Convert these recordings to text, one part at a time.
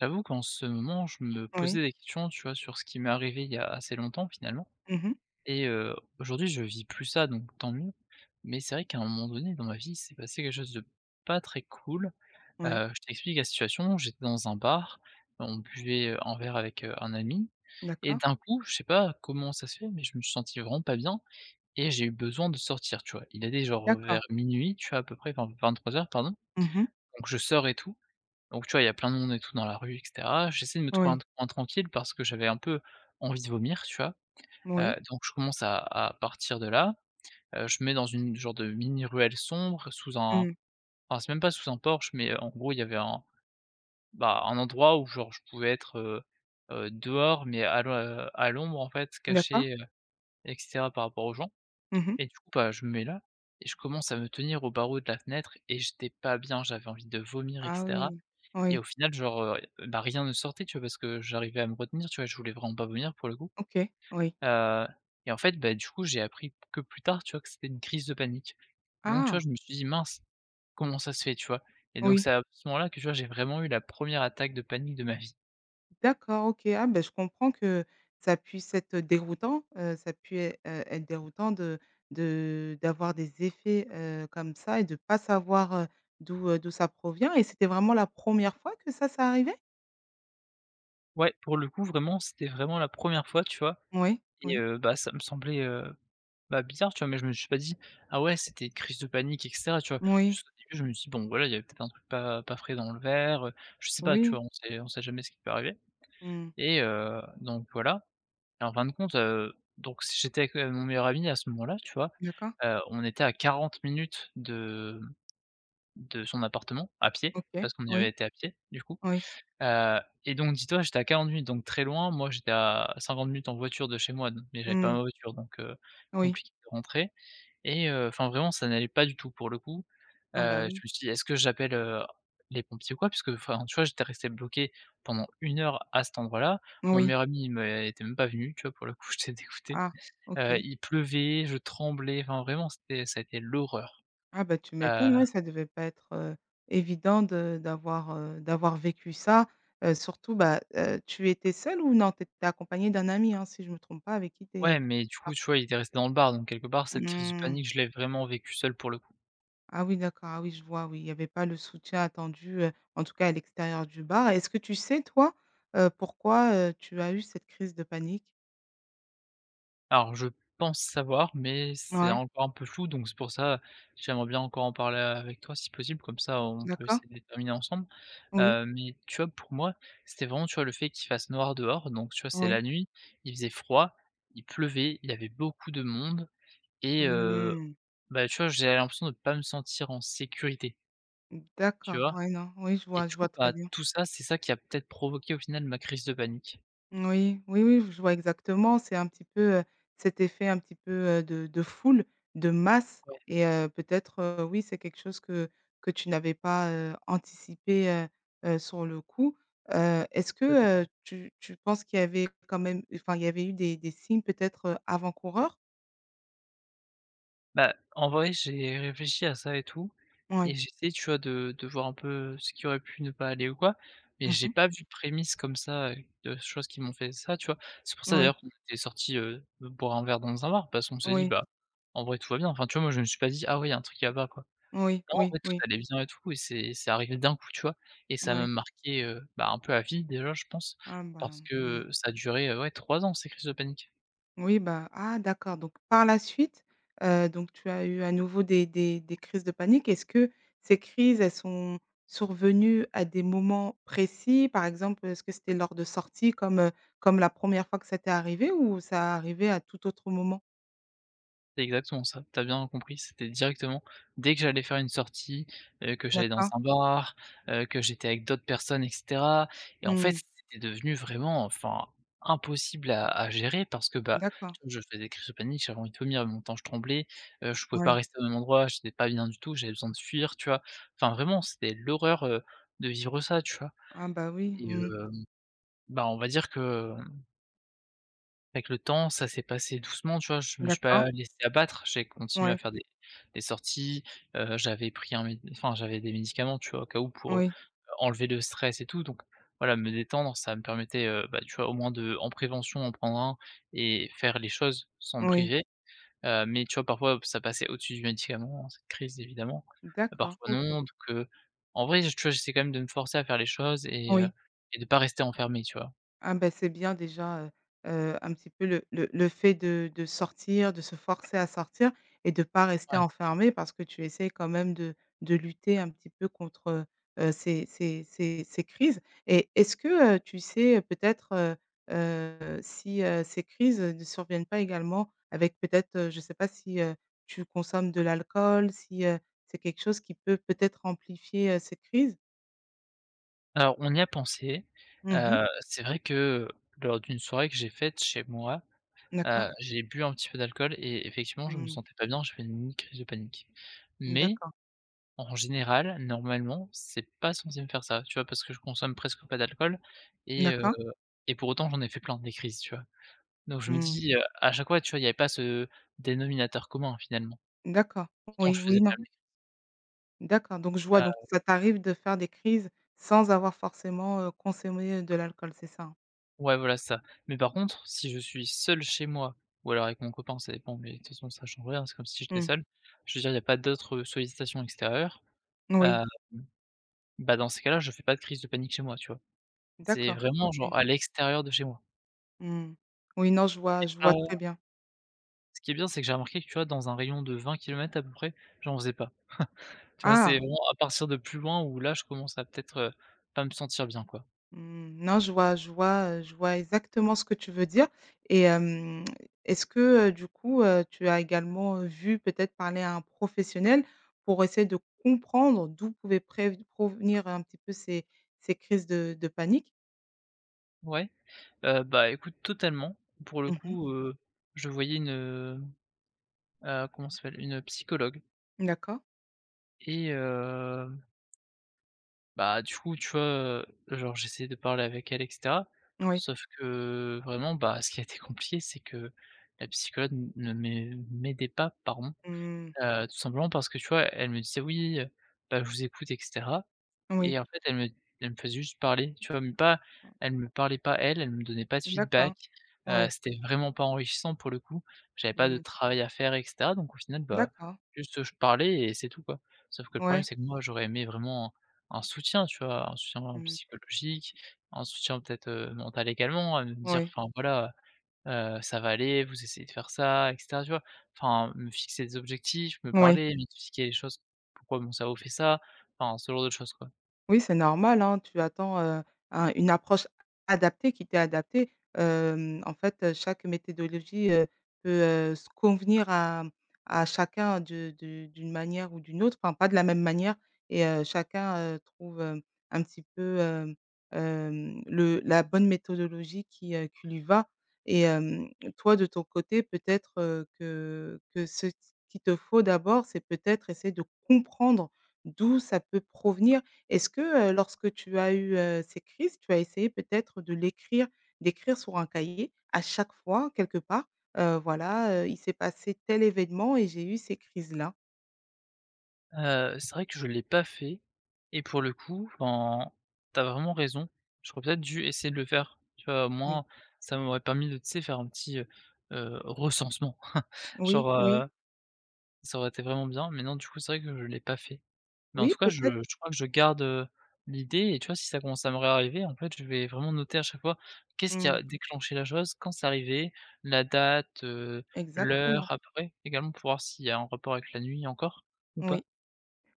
J'avoue qu'en ce moment, je me posais Oui. des questions, tu vois, sur ce qui m'est arrivé il y a assez longtemps finalement Mmh mh. et aujourd'hui, je vis plus ça donc tant mieux. Mais c'est vrai qu'à un moment donné dans ma vie, il s'est passé quelque chose de pas très cool. Oui. Je t'explique la situation, j'étais dans un bar, on buvait, un verre avec, un ami et D'accord. d'un coup, je sais pas comment ça se fait, mais je me suis senti vraiment pas bien et j'ai eu besoin de sortir, tu vois? Il était genre D'accord. vers minuit, tu vois, à peu près, enfin 23 heures, pardon, Mmh mh. donc je sors et tout, donc tu vois, il y a plein de monde et tout dans la rue et cetera. J'essaie de me trouver un Oui. coin tranquille parce que j'avais un peu envie de vomir, tu vois? Oui. Donc je commence à partir de là, je me mets dans une genre de mini ruelle sombre sous un Mmh. enfin c'est même pas sous un porche, mais, en gros il y avait un bah, un endroit où genre je pouvais être, dehors mais à l'ombre en fait, D'accord. caché, et cetera par rapport aux gens. Mmh mh. Et du coup, bah, je me mets là et je commence à me tenir au barreau de la fenêtre et j'étais pas bien, j'avais envie de vomir Ah etc. oui. Et Oui. au final, genre, bah, rien ne sortait, tu vois? Parce que j'arrivais à me retenir, tu vois? Je voulais vraiment pas vomir pour le coup, OK. Oui. heu et en fait, bah, du coup, j'ai appris que plus tard, tu vois? Que c'était une crise de panique. Donc, tu vois, Ah! je me suis dit: «Mince, comment ça se fait?» tu vois? Et donc Oui. c'est à ce moment-là que, tu vois, j'ai vraiment eu la première attaque de panique de ma vie. D'accord, OK. Ah ben je comprends que ça puisse être déroutant, ça puisse ê être déroutant de d'avoir des effets, comme ça et de pas savoir, d'où ça provient et c'était vraiment la première fois que ça arrivait? Ouais, pour le coup, vraiment, c'était vraiment la première fois, tu vois? Oui. Et Oui. Bah, ça me semblait, bah, bizarre, tu vois? Mais je me suis pas dit: «Ah ouais, c'était une crise de panique et cetera», tu vois? Oui. Juste au début, je me suis dit: «Bon, voilà, il y avait peut-être un truc pas frais dans le verre», je sais pas, tu Oui. vois? On sait jamais ce qui peut arriver Mmh. et donc voilà. Et en fin de compte, donc si j'étais avec, mon meilleur ami à ce moment-là, tu vois? D'accord. On était à 40 minutes de son appartement à pied, OK. parce qu'on y avait Oui. été à pied, du coup, Oui. heu et donc dis-toi, j'étais à 40 minutes, donc très loin. Moi, j'étais à 50 minutes en voiture de chez moi, donc mais j'avais pas Mmh. ma voiture, donc Oui. compliqué de rentrer et enfin vraiment ça n'allait pas du tout pour le coup. Ah bah, Je oui. me suis dit: «Est-ce que j'appelle, les pompiers ou quoi?» puisque enfin, tu vois, j'étais resté bloqué pendant une heure à cet endroit-là. Mon Oui. meilleur ami, il m'était même pas venu, tu vois, pour le coup, j'étais dégoûté. Ah, OK. Il pleuvait, je tremblais, enfin vraiment c'était, ça a été l'horreur. Ah bah, tu Heu, m'étonnes, ouais, ça devait pas être, évident d'avoir vécu ça, surtout, bah, tu étais seule ou non? Tu étais accompagnée d'un ami, hein, si je me trompe pas, avec qui tu ouais, es mais du coup, tu partie? vois, il était resté dans le bar, donc quelque part cette crise de Mmh. panique, je l'ai vraiment vécue seul pour le Ah oui, d'accord, ah oui, je vois, oui, il y avait pas le soutien attendu, en tout cas à l'extérieur du bar. Est-ce que tu sais, toi, pourquoi, tu as eu cette crise de panique? Alors, je pense savoir, mais c'est Ouais, encore un peu flou, donc c'est pour ça, j'aimerais bien encore en parler avec toi si possible, comme ça on peut d'accord. essayer de déterminer ensemble. Oui, Mais tu vois, pour moi, c'était vraiment, tu vois, le fait qu'il fasse noir dehors, donc tu vois, c'est la oui. nuit, il faisait froid, il pleuvait, il y avait beaucoup de monde et Mmh. bah, tu vois, j'avais l'impression de pas me sentir en sécurité, tu D'accord, vois? ouais, non, oui, Et je du coup, vois très bah, bien. tout ça, c'est ça qui a peut-être provoqué au final ma crise de panique. Oui, oui, oui, je vois exactement. C'est un petit peu, cet effet un petit peu, de foule, de masse Ouais, et peut-être, oui, c'est quelque chose que tu n'avais pas, anticipé, sur le coup. Est-ce que, tu penses qu'il y avait quand même enfin, il y avait eu des signes peut-être, avant-coureurs? bah, en vrai, j'ai réfléchi à ça et tout et Oui. j'essaie, tu vois, de voir un peu ce qui aurait pu ne pas aller ou quoi, mais j'ai Mmh. pas vu de prémices comme ça, de choses qui m'ont fait ça, tu vois? C'est pour ça Oui, d'ailleurs qu'on était sortis, boire un verre dans un bar parce qu'on s'est dit: oui, «Bah, en vrai, tout va bien». Enfin, tu vois, moi, je me suis pas dit: «Ah ouais, il y a un truc là-bas, quoi». oui, Non, en oui, vrai, oui, tout oui. allait bien et tout et c'est arrivé d'un coup, tu vois? Et ça m'a Ouais. marqué, bah, un peu à vie déjà, je pense, Ah parce ben, mmh. que ça a duré, ouais, 3 ans, ces crises de panique. Oui, bah, ah d'accord, donc par la suite, donc tu as eu à nouveau des crises de panique. Est-ce que ces crises, elles sont survenues à des moments précis? Par exemple, est-ce que c'était lors de sorties comme la première fois que ça t'est arrivé ou ça arrivait à tout autre moment? C'est exactement ça, tu as bien compris, c'était directement dès que j'allais faire une sortie, que j'allais dans D'accord. un bar, que j'étais avec d'autres personnes et cetera, et en fait, Mmh. c'était devenu vraiment, enfin, impossible à gérer parce que, bah, D'accord. tu vois, je faisais crise de panique, j'avais envie de vomir, Mon temps je tremblais, je pouvais pas Oui. rester au même endroit, j'étais pas bien du tout, j'avais besoin de fuir, tu vois? Enfin, vraiment, c'était l'horreur, de vivre ça, tu vois? Ah bah, oui. Et Mmh. Bah, on va dire que avec le temps, ça s'est passé doucement, tu vois? Je me suis D'accord. pas laissé abattre, j'ai continué à Oui. faire des sorties, j'avais pris un méd enfin, j'avais des médicaments, tu vois? Au cas où pour, Oui. enlever le stress et tout, donc voilà, me détendre, ça me permettait, bah, tu vois, au moins de en prévention, en prendre un et faire les choses sans me Oui. priver, mais tu vois, parfois, ça passait au-dessus du médicament, hein, cette crise évidemment, D'accord. parfois OK. non, donc en vrai, tu vois, j'essaie quand même de me forcer à faire les choses Oui. et de pas rester enfermé, tu vois? Ah ben c'est bien déjà, un petit peu le fait de sortir, de se forcer à sortir et de pas rester Ouais. enfermé parce que tu essaies quand même de lutter un petit peu contre, ces crises et est-ce que, tu sais, peut-être, si, ces crises, ne surviennent pas également avec peut-être, je ne sais pas si, tu consommes de l'alcool, si, c'est quelque chose qui peut-être amplifier, ces crises? Alors, on y a pensé. Mmh. Mmh. C'est vrai que lors d'une soirée que j'ai faite chez moi, D'accord. j'ai bu un petit peu d'alcool et effectivement, je me Mmh. sentais pas bien, j'ai fait une mini crise de panique. Mais D'accord. en général, normalement, c'est pas censé me faire ça, tu vois? Parce que je consomme presque pas d'alcool et D'accord. Et pour autant, j'en ai fait plein des crises, tu vois? Donc je me Mmh. dis, à chaque fois, tu vois, il y avait pas ce dénominateur commun finalement. D'accord. Pourtant, je Oui, faisais oui, quand non. même des crises D'accord, donc je vois, à donc ça t'arrive de faire des crises sans avoir forcément, consommé, de l'alcool, c'est ça? Ouais, voilà, c'est ça. Mais par contre, si je suis seul chez moi, ou alors avec mon copain, ça dépend, mais de toute façon, ça change rien, c'est comme si j'étais Mmh. seul. Je veux dire, il y a pas d'autres sollicitations extérieures, Oui, hem, bah, dans ces cas-là, je fais pas de crise de panique chez moi, tu vois? C'est d'accord, vraiment genre OK. à l'extérieur de chez moi. Mmh. Oui, non, je vois je Ah vois ouais, très bien. ce qui est bien, c'est que j'ai remarqué que, tu vois, dans un rayon de 20 kilomètres à peu près, j'en faisais pas. Tu vois, c'est Ah! vraiment à partir de plus loin où là, je commence à peut-être, pas me sentir bien, quoi. Mmh, non, je vois exactement ce que tu veux dire et est-ce que, du coup, tu as également, vu peut-être parler à un professionnel pour essayer de comprendre d'où pouvaient prév provenir un petit peu ces crises de panique? Ouais, bah, écoute, totalement. Pour le Mmh. coup, je voyais une, comment ça s'appelle? Une psychologue. D'accord, Et bah, du coup, tu vois, genre j'essayais de parler avec elle et cetera. oui. Sauf que vraiment, bah, ce qui a été compliqué, c'est que la psychologue ne m'ai m'aidait pas par Mmh. Tout simplement parce que, tu vois, elle me disait: «Oui, bah, je vous écoute et cetera» Oui. et en fait, elle me faisait juste parler, tu vois? Mais pas, Mmh. elle me parlait pas, elle, elle me donnait pas de feedback, D'accord. Oui. C'était vraiment pas enrichissant pour le coup. J'avais pas de Mmh. travail à faire et cetera, donc au final, bah, D'accord. juste, je parlais et c'est tout, quoi. Sauf que le problème, Ouais. c'est que moi, j'aurais aimé vraiment un soutien, tu vois? Un soutien Mmh. psychologique, un soutien peut-être, mental également, à me dire, Oui. enfin, voilà, ça va aller, vous essayez de faire ça et cetera, tu vois? Enfin, me fixer des objectifs, me Oui. parler, m'expliquer les choses, pourquoi mon cerveau fait ça, enfin ce genre de choses, quoi. Oui, c'est normal, hein, tu attends, un une approche adaptée qui t'est adaptée. En fait, chaque méthodologie, peut, s convenir à chacun de d'une manière ou d'une autre, enfin pas de la même manière et chacun, trouve, un petit peu, le la bonne méthodologie qui lui va et toi de ton côté peut-être, que ce qu'il te faut d'abord, c'est peut-être essayer de comprendre d'où ça peut provenir. Est-ce que, lorsque tu as eu, ces crises, tu as essayé peut-être de l'écrire d'écrire sur un cahier à chaque fois quelque part, voilà, il s'est passé tel événement et j'ai eu ces crises-là? C'est vrai que je l'ai pas fait et pour le coup, enfin, t'as vraiment raison. J'aurais peut-être dû essayer de le faire, tu vois? Au Oui. moins, ça m'aurait permis de, tu sais, faire un petit, recensement. Oui, Genre, oui, ça aurait été vraiment bien, mais non, du coup, c'est vrai que je l'ai pas fait. Mais en oui tout cas, je peut-être. je crois que je garde, l'idée, et tu vois, si ça commence à me réarriver, en fait, je vais vraiment noter à chaque fois qu'est-ce qui Mmh. a déclenché la chose, quand c'est arrivé, la date, l'heure Exactement. après également pour voir s'il y a un rapport avec la nuit encore ou pas? Oui.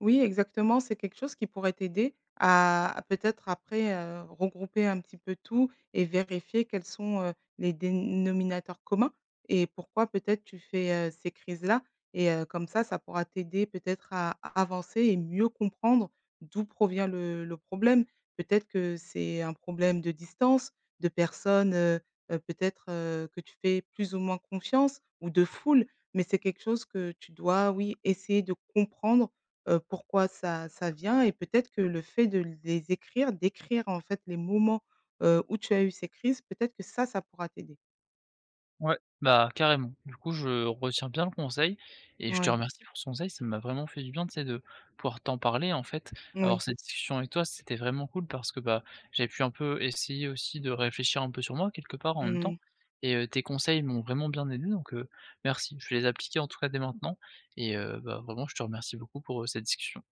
Oui, exactement, c'est quelque chose qui pourrait t'aider à peut-être après, regrouper un petit peu tout et vérifier quels sont, les dénominateurs communs et pourquoi peut-être tu fais, ces crises-là et comme ça pourra t'aider peut-être à avancer et mieux comprendre d'où provient le problème. Peut-être que c'est un problème de distance, de personnes, peut-être, que tu fais plus ou moins confiance ou de foule, mais c'est quelque chose que tu dois, oui, essayer de comprendre pourquoi ça vient et peut-être que le fait de d'écrire en fait les moments, où tu as eu ces crises, peut-être que ça pourra t'aider. Ouais, bah, carrément. Du coup, je retiens bien le conseil et je te Oui, remercie pour ce conseil. Ça m'a vraiment fait du bien, tu sais, de pouvoir t'en parler, en fait. Avoir oui, cette discussion avec toi, c'était vraiment cool parce que, bah, j'ai pu un peu essayer aussi de réfléchir un peu sur moi, quelque part, en même temps. mmh. Et tes conseils m'ont vraiment bien aidé, donc merci. Je vais les appliquer, en tout cas, dès maintenant et bah, vraiment, je te remercie beaucoup pour, cette discussion.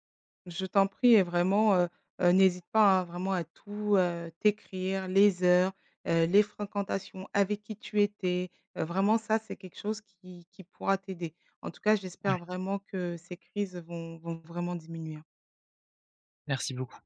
Je t'en prie et vraiment, n'hésite pas, hein, vraiment à tout, t'écrire, les heures, les fréquentations, avec qui tu étais, vraiment ça, c'est quelque chose qui pourra t'aider. En tout cas, Ouais, j'espère vraiment que ces crises vont vraiment diminuer. merci beaucoup.